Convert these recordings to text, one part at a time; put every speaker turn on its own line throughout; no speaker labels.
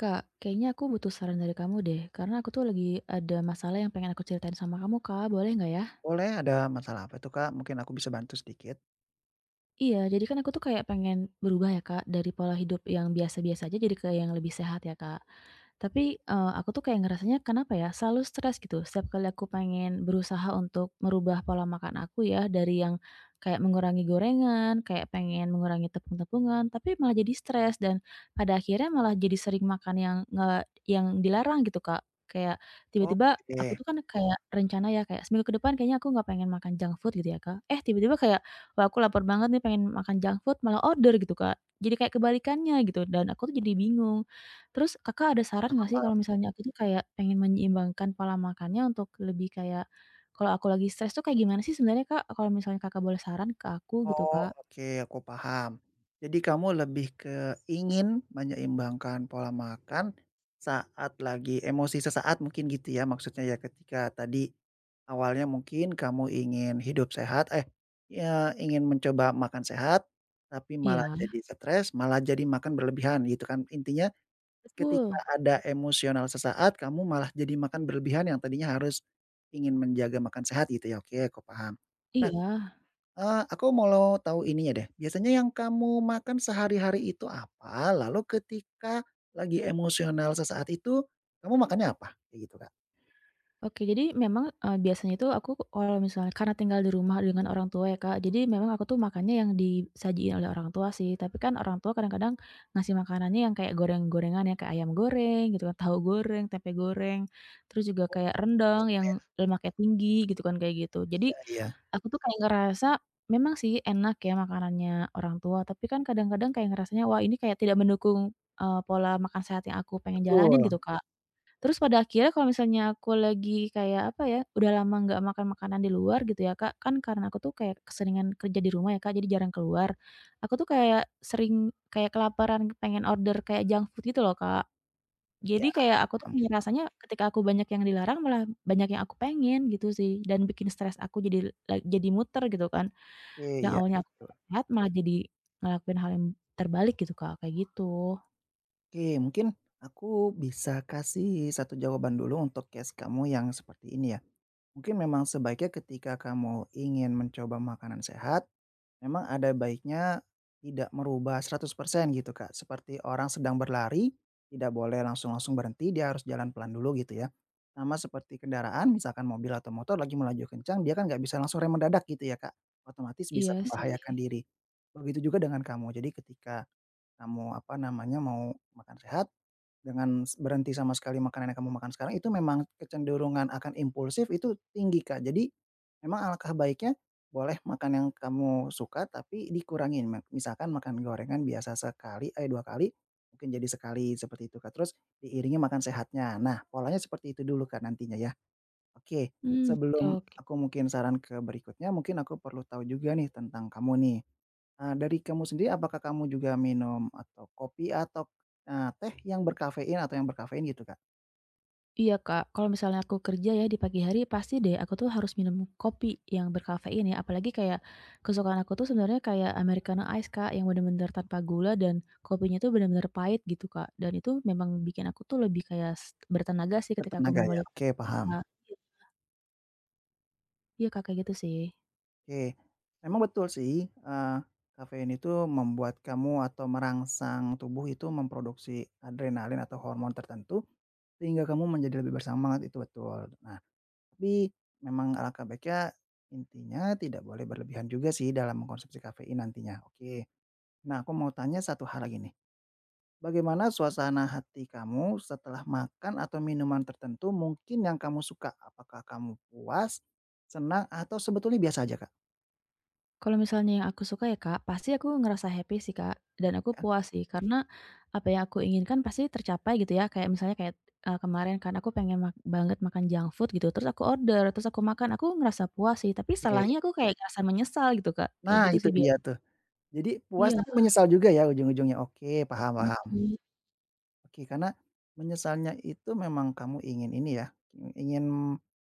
Kak, kayaknya aku butuh saran dari kamu deh, karena aku tuh lagi ada masalah yang pengen aku ceritain sama kamu, Kak. Boleh nggak ya?
Boleh, ada masalah apa tuh, Kak? Mungkin aku bisa bantu sedikit.
Iya, jadi kan aku tuh kayak pengen berubah ya, Kak, dari pola hidup yang biasa-biasa aja jadi ke yang lebih sehat ya, Kak. Tapi, aku tuh kayak ngerasanya kenapa ya, selalu stres gitu setiap kali aku pengen berusaha untuk merubah pola makan aku ya, dari yang kayak mengurangi gorengan, kayak pengen mengurangi tepung-tepungan, tapi malah jadi stres dan pada akhirnya malah jadi sering makan yang nggak yang dilarang gitu, Kak. Kayak tiba-tiba aku
Oke,
tuh kan kayak rencana ya kayak seminggu ke depan kayaknya aku nggak pengen makan junk food gitu ya, Kak. Eh, tiba-tiba kayak, "Wah, aku lapar banget nih pengen makan junk food," malah order gitu, Kak. Jadi kayak kebalikannya gitu dan aku tuh jadi bingung. Terus Kakak ada saran nggak
paham
sih kalau
paham.
misalnya aku tuh kayak pengen menyeimbangkan pola makannya untuk lebih kayak, kalau aku lagi stres tuh kayak gimana sih sebenarnya Kak, kalau misalnya Kakak boleh saran ke aku gitu
Oh,
Kak?
oke, aku paham. Jadi kamu lebih ke ingin menyeimbangkan pola makan saat lagi emosi sesaat mungkin gitu ya, maksudnya ya ketika tadi awalnya mungkin kamu ingin hidup sehat, ya ingin mencoba makan sehat, tapi malah
Iya.
jadi stres, malah jadi makan berlebihan gitu kan. Intinya ketika
Betul,
ada emosional sesaat, kamu malah jadi makan berlebihan yang tadinya harus ingin menjaga makan sehat gitu ya, oke aku paham. Nah,
iya.
aku mau tahu ininya deh, biasanya yang kamu makan sehari-hari itu apa? Lalu ketika lagi emosional sesaat itu, kamu makannya apa? Kayak gitu, Kak.
Oke, jadi memang, biasanya itu aku kalau misalnya karena tinggal di rumah dengan orang tua ya, Kak, jadi memang aku tuh makannya yang disajiin oleh orang tua sih, tapi kan orang tua kadang-kadang ngasih makanannya yang kayak goreng-gorengan ya, kayak ayam goreng gitu kan, tahu goreng, tempe goreng, terus juga kayak rendang
Oh
yang
ya,
lemaknya tinggi gitu kan, kayak gitu. Jadi
iya iya.
aku tuh kayak ngerasa memang sih enak ya makanannya orang tua, tapi kan kadang-kadang kayak ngerasanya, wah ini kayak tidak mendukung, pola makan sehat yang aku pengen
Betul,
jalanin gitu, Kak. Terus pada akhirnya kalau misalnya aku lagi kayak apa ya, udah lama nggak makan makanan di luar gitu ya Kak, kan karena aku tuh kayak keseringan kerja di rumah ya Kak, jadi jarang keluar. Aku tuh kayak sering kayak kelaparan pengen order kayak junk food gitu loh Kak. Jadi
ya,
kayak aku tuh Oke rasanya ketika aku banyak yang dilarang malah banyak yang aku pengen gitu sih, dan bikin stres aku jadi jadi muter gitu kan.
oke,
Yang
iya
awalnya aku
betul.
pengen sehat malah jadi ngelakuin hal yang terbalik gitu Kak, kayak gitu.
Oke, mungkin aku bisa kasih satu jawaban dulu untuk case kamu yang seperti ini ya. Mungkin memang sebaiknya ketika kamu ingin mencoba makanan sehat, memang ada baiknya tidak merubah 100% gitu, Kak. Seperti orang sedang berlari, tidak boleh langsung-langsung berhenti, dia harus jalan pelan dulu gitu ya. Sama seperti kendaraan, misalkan mobil atau motor lagi melaju kencang, dia kan nggak bisa langsung rem mendadak gitu ya, Kak. Otomatis bisa
Iya sih.
membahayakan diri. Begitu juga dengan kamu. Jadi ketika kamu apa namanya mau makan sehat, dengan berhenti sama sekali makanan yang kamu makan sekarang itu memang kecenderungan akan impulsif itu tinggi, Kak. Jadi memang alangkah baiknya boleh makan yang kamu suka tapi dikurangin, misalkan makan gorengan biasa sekali, 2 kali, mungkin jadi sekali seperti itu, Kak. Terus diiringi makan sehatnya. Nah, polanya seperti itu dulu, Kak, nantinya ya. Oke,
Mmm, oke
sebelum
oke.
aku mungkin saran ke berikutnya, mungkin aku perlu tahu juga nih tentang kamu nih. Dari kamu sendiri apakah kamu juga minum atau kopi atau, teh yang berkafein atau yang berkafein gitu, Kak?
Iya, Kak, kalau misalnya aku kerja ya di pagi hari pasti deh aku tuh harus minum kopi yang berkafein ya, apalagi kayak kesukaan aku tuh sebenarnya kayak americano ice, Kak, yang bener-bener tanpa gula dan kopinya tuh bener-bener pahit gitu, Kak, dan itu memang bikin aku tuh lebih kayak bertenaga sih ketika aku mau
Bertenaga ya?
melek
Oke, paham.
Kak, iya, iya, Kak, kayak gitu sih.
Oke, memang betul sih, kafein itu membuat kamu atau merangsang tubuh itu memproduksi adrenalin atau hormon tertentu, sehingga kamu menjadi lebih bersemangat itu betul. Nah, tapi memang alangkah baiknya intinya tidak boleh berlebihan juga sih dalam mengkonsumsi kafein nantinya, oke. Nah, aku mau tanya satu hal lagi nih, bagaimana suasana hati kamu setelah makan atau minuman tertentu mungkin yang kamu suka? Apakah kamu puas, senang, atau sebetulnya biasa aja, Kak?
Kalau misalnya yang aku suka ya, Kak, pasti aku ngerasa happy sih, Kak, dan aku puas sih karena apa yang aku inginkan pasti tercapai gitu ya. Kayak misalnya kayak, kemarin kan aku pengen banget makan junk food gitu, terus aku order, terus aku makan, aku ngerasa puas sih, tapi salahnya
Oke.
aku kayak ngerasa menyesal gitu, Kak, kayak
Nah
gitu
itu
sih
dia
biasa.
tuh. Jadi puas
Iya,
tapi menyesal juga ya ujung-ujungnya, oke, paham paham.
betul.
Oke, karena menyesalnya itu memang kamu ingin ini ya, ingin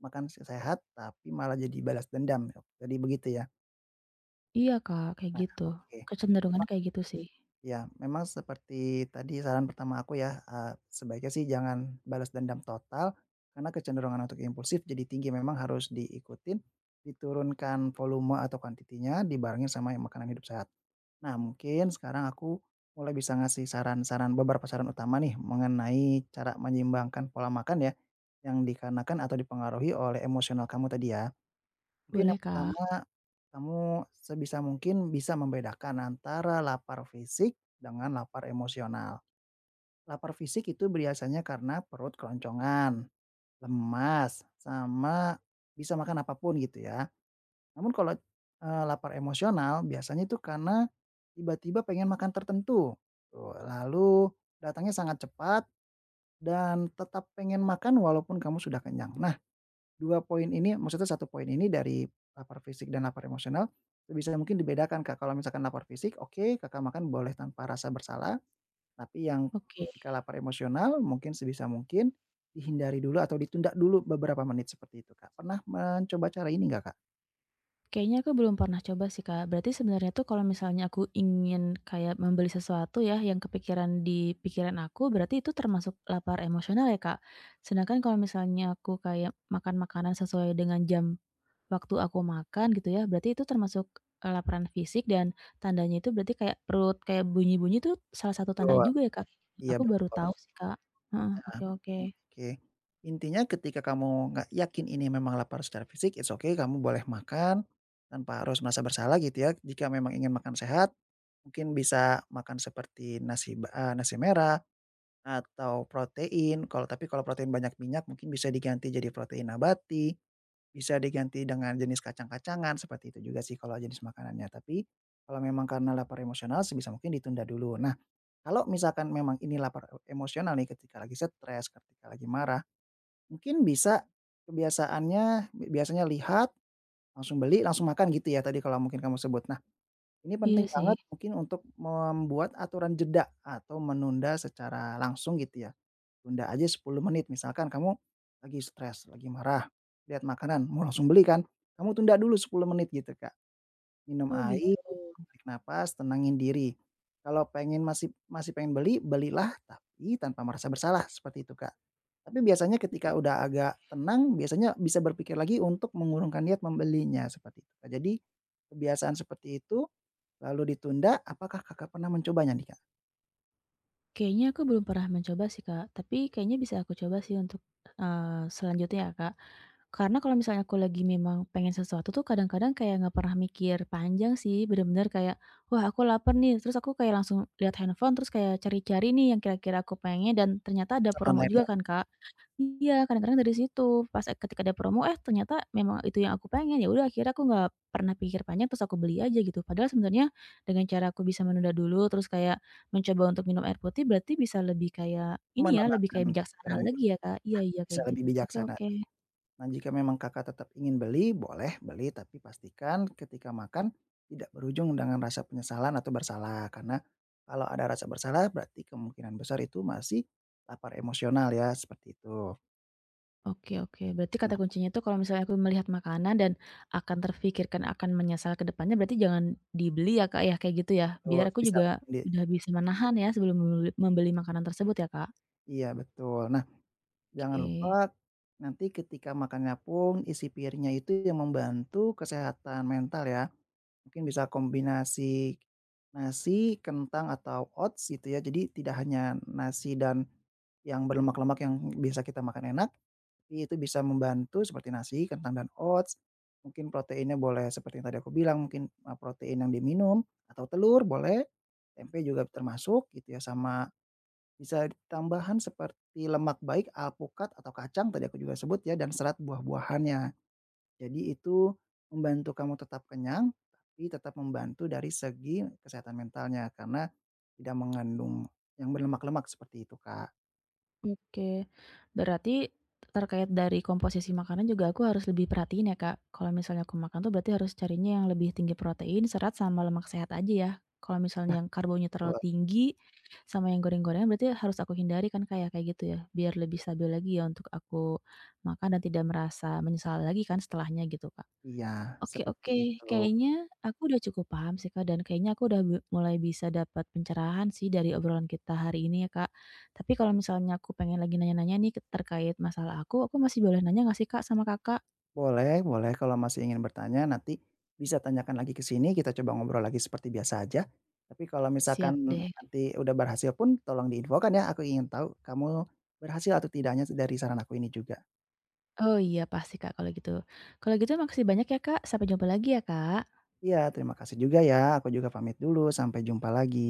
makan sehat tapi malah jadi balas dendam, jadi begitu ya?
Iya, Kak, kayak
Nah
gitu.
oke.
Kecenderungan kayak gitu sih.
Ya, memang seperti tadi saran pertama aku ya, sebaiknya sih jangan balas dendam total, karena kecenderungan untuk impulsif jadi tinggi. Memang harus diikutin, diturunkan volume atau kuantitinya, dibarengin sama yang makanan hidup sehat. Nah, mungkin sekarang aku mulai bisa ngasih saran-saran beberapa saran utama nih mengenai cara menyeimbangkan pola makan ya, yang dikarenakan atau dipengaruhi oleh emosional kamu tadi ya. Mungkin
Boleh,
yang
Kak.
pertama, kamu sebisa mungkin bisa membedakan antara lapar fisik dengan lapar emosional. Lapar fisik itu biasanya karena perut keloncongan, lemas, sama bisa makan apapun gitu ya. Namun kalau, lapar emosional biasanya itu karena tiba-tiba pengen makan tertentu, tuh, lalu datangnya sangat cepat dan tetap pengen makan walaupun kamu sudah kenyang. Nah 2 poin ini, maksudnya satu poin ini dari lapar fisik dan lapar emosional, sebisa mungkin dibedakan, Kak. Kalau misalkan lapar fisik, oke Kakak makan boleh tanpa rasa bersalah, tapi yang
Oke.
ketika lapar emosional mungkin sebisa mungkin dihindari dulu atau ditunda dulu beberapa menit seperti itu, Kak. Pernah mencoba cara ini nggak, Kak?
Kayaknya aku belum pernah coba sih, Kak. Berarti sebenarnya tuh kalau misalnya aku ingin kayak membeli sesuatu ya yang kepikiran di pikiran aku, berarti itu termasuk lapar emosional ya, Kak? Sedangkan kalau misalnya aku kayak makan makanan sesuai dengan jam waktu aku makan gitu ya, berarti itu termasuk laparan fisik dan tandanya itu berarti kayak perut kayak bunyi-bunyi itu salah satu tanda
Betul,
juga ya, Kak?
iya,
Aku baru
betul.
tahu sih, Kak. Heeh, oke oke.
Oke, intinya ketika kamu nggak yakin ini memang lapar secara fisik, it's okay, kamu boleh makan tanpa harus merasa bersalah gitu ya. Jika memang ingin makan sehat, mungkin bisa makan seperti nasi ba nasi merah atau protein, tapi kalau protein banyak minyak mungkin bisa diganti jadi protein nabati, bisa diganti dengan jenis kacang-kacangan, seperti itu juga sih kalau jenis makanannya. Tapi kalau memang karena lapar emosional sebisa mungkin ditunda dulu. Nah, kalau misalkan memang ini lapar emosional nih ketika lagi stres, ketika lagi marah, mungkin bisa kebiasaannya biasanya lihat, langsung beli, langsung makan gitu ya tadi kalau mungkin kamu sebut. Nah, ini
Iya
penting
sih.
banget mungkin untuk membuat aturan jeda atau menunda secara langsung gitu ya. Tunda aja 10 menit, misalkan kamu lagi stres, lagi marah, lihat makanan mau langsung beli kan, kamu tunda dulu 10 menit gitu, Kak. Minum
Oh, gitu.
air, tarik napas, tenangin diri. Kalau pengen masih masih pengen beli, belilah tapi tanpa merasa bersalah, seperti itu, Kak. Tapi biasanya ketika udah agak tenang, biasanya bisa berpikir lagi untuk mengurungkan niat membelinya, seperti itu, Kak. Jadi kebiasaan seperti itu lalu ditunda, apakah Kakak pernah mencobanya nih, Kak?
Kayaknya aku belum pernah mencoba sih, Kak, tapi kayaknya bisa aku coba sih untuk, selanjutnya ya, Kak. Karena kalau misalnya aku lagi memang pengen sesuatu tuh kadang-kadang kayak nggak pernah mikir panjang sih, bener-bener kayak, "Wah, aku lapar nih," terus aku kayak langsung lihat handphone, terus kayak cari-cari nih yang kira-kira aku pengen dan ternyata ada
Pesan
promo
online
juga
ya,
kan, Kak. Iya, kadang-kadang dari situ, pas ketika ada promo, eh, ternyata memang itu yang aku pengen, ya udah akhirnya aku nggak pernah pikir panjang, terus aku beli aja gitu. Padahal sebenarnya dengan cara aku bisa menunda dulu, terus kayak mencoba untuk minum air putih berarti bisa lebih kayak ini ya, lebih
menenangkan
kayak bijaksana
pikiran
lagi
dulu.
ya, Kak? Iya
Ya,
iya,
bisa
kayak
lebih
gitu. Oke
bijaksana.
oke.
Nah, jika memang Kakak tetap ingin beli, boleh beli, tapi pastikan ketika makan tidak berujung dengan rasa penyesalan atau bersalah. Karena kalau ada rasa bersalah, berarti kemungkinan besar itu masih lapar emosional ya, seperti itu.
Oke oke, berarti kata
Nah,
kuncinya itu kalau misalnya aku melihat makanan dan akan terfikirkan akan menyesal ke depannya berarti jangan dibeli ya, Kak, ya? Kayak gitu ya?
betul,
Biar aku
bisa
juga
mungkin
udah bisa menahan ya sebelum membeli membeli makanan tersebut ya, Kak?
iya, betul. Nah, jangan
Oke.
lupa nanti ketika makannya pun isi piringnya itu yang membantu kesehatan mental ya. Mungkin bisa kombinasi nasi, kentang, atau oats gitu ya. Jadi tidak hanya nasi dan yang berlemak-lemak yang biasa kita makan enak, tapi itu bisa membantu seperti nasi, kentang, dan oats. Mungkin proteinnya boleh seperti yang tadi aku bilang, mungkin, protein yang diminum atau telur boleh, tempe juga termasuk gitu ya, sama bisa tambahan seperti lemak baik, alpukat atau kacang tadi aku juga sebut ya, dan serat buah-buahannya. Jadi itu membantu kamu tetap kenyang, tapi tetap membantu dari segi kesehatan mentalnya karena tidak mengandung yang berlemak-lemak seperti itu, Kak.
Oke. Berarti terkait dari komposisi makanan juga aku harus lebih perhatiin ya, Kak. Kalau misalnya aku makan tuh berarti harus carinya yang lebih tinggi protein, serat, sama lemak sehat aja ya. Kalau
Nah.
misalnya yang karbonya terlalu
Wah,
tinggi sama yang goreng-gorengan berarti harus aku hindari kan, kayak kayak gitu ya. Biar lebih stabil lagi ya untuk aku makan dan tidak merasa menyesal lagi kan setelahnya gitu, Kak.
iya,
Oke
seperti
oke,
itu.
kayaknya aku udah cukup paham sih, Kak, dan kayaknya aku udah mulai bisa dapat pencerahan sih dari obrolan kita hari ini ya, Kak. Tapi kalau misalnya aku pengen lagi nanya-nanya nih ke terkait masalah aku masih boleh nanya nggak sih, Kak, sama Kakak?
Boleh boleh, kalau masih ingin bertanya nanti bisa tanyakan lagi ke sini, kita coba ngobrol lagi seperti biasa aja. Tapi kalau misalkan
Siap deh.
nanti udah berhasil pun tolong diinfokan ya, aku ingin tahu kamu berhasil atau tidaknya dari saran aku ini juga.
Oh iya, pasti, Kak, kalau gitu. Kalau gitu makasih banyak ya, Kak. Sampai jumpa lagi ya, Kak.
Iya, terima kasih juga ya, aku juga pamit dulu, sampai jumpa lagi.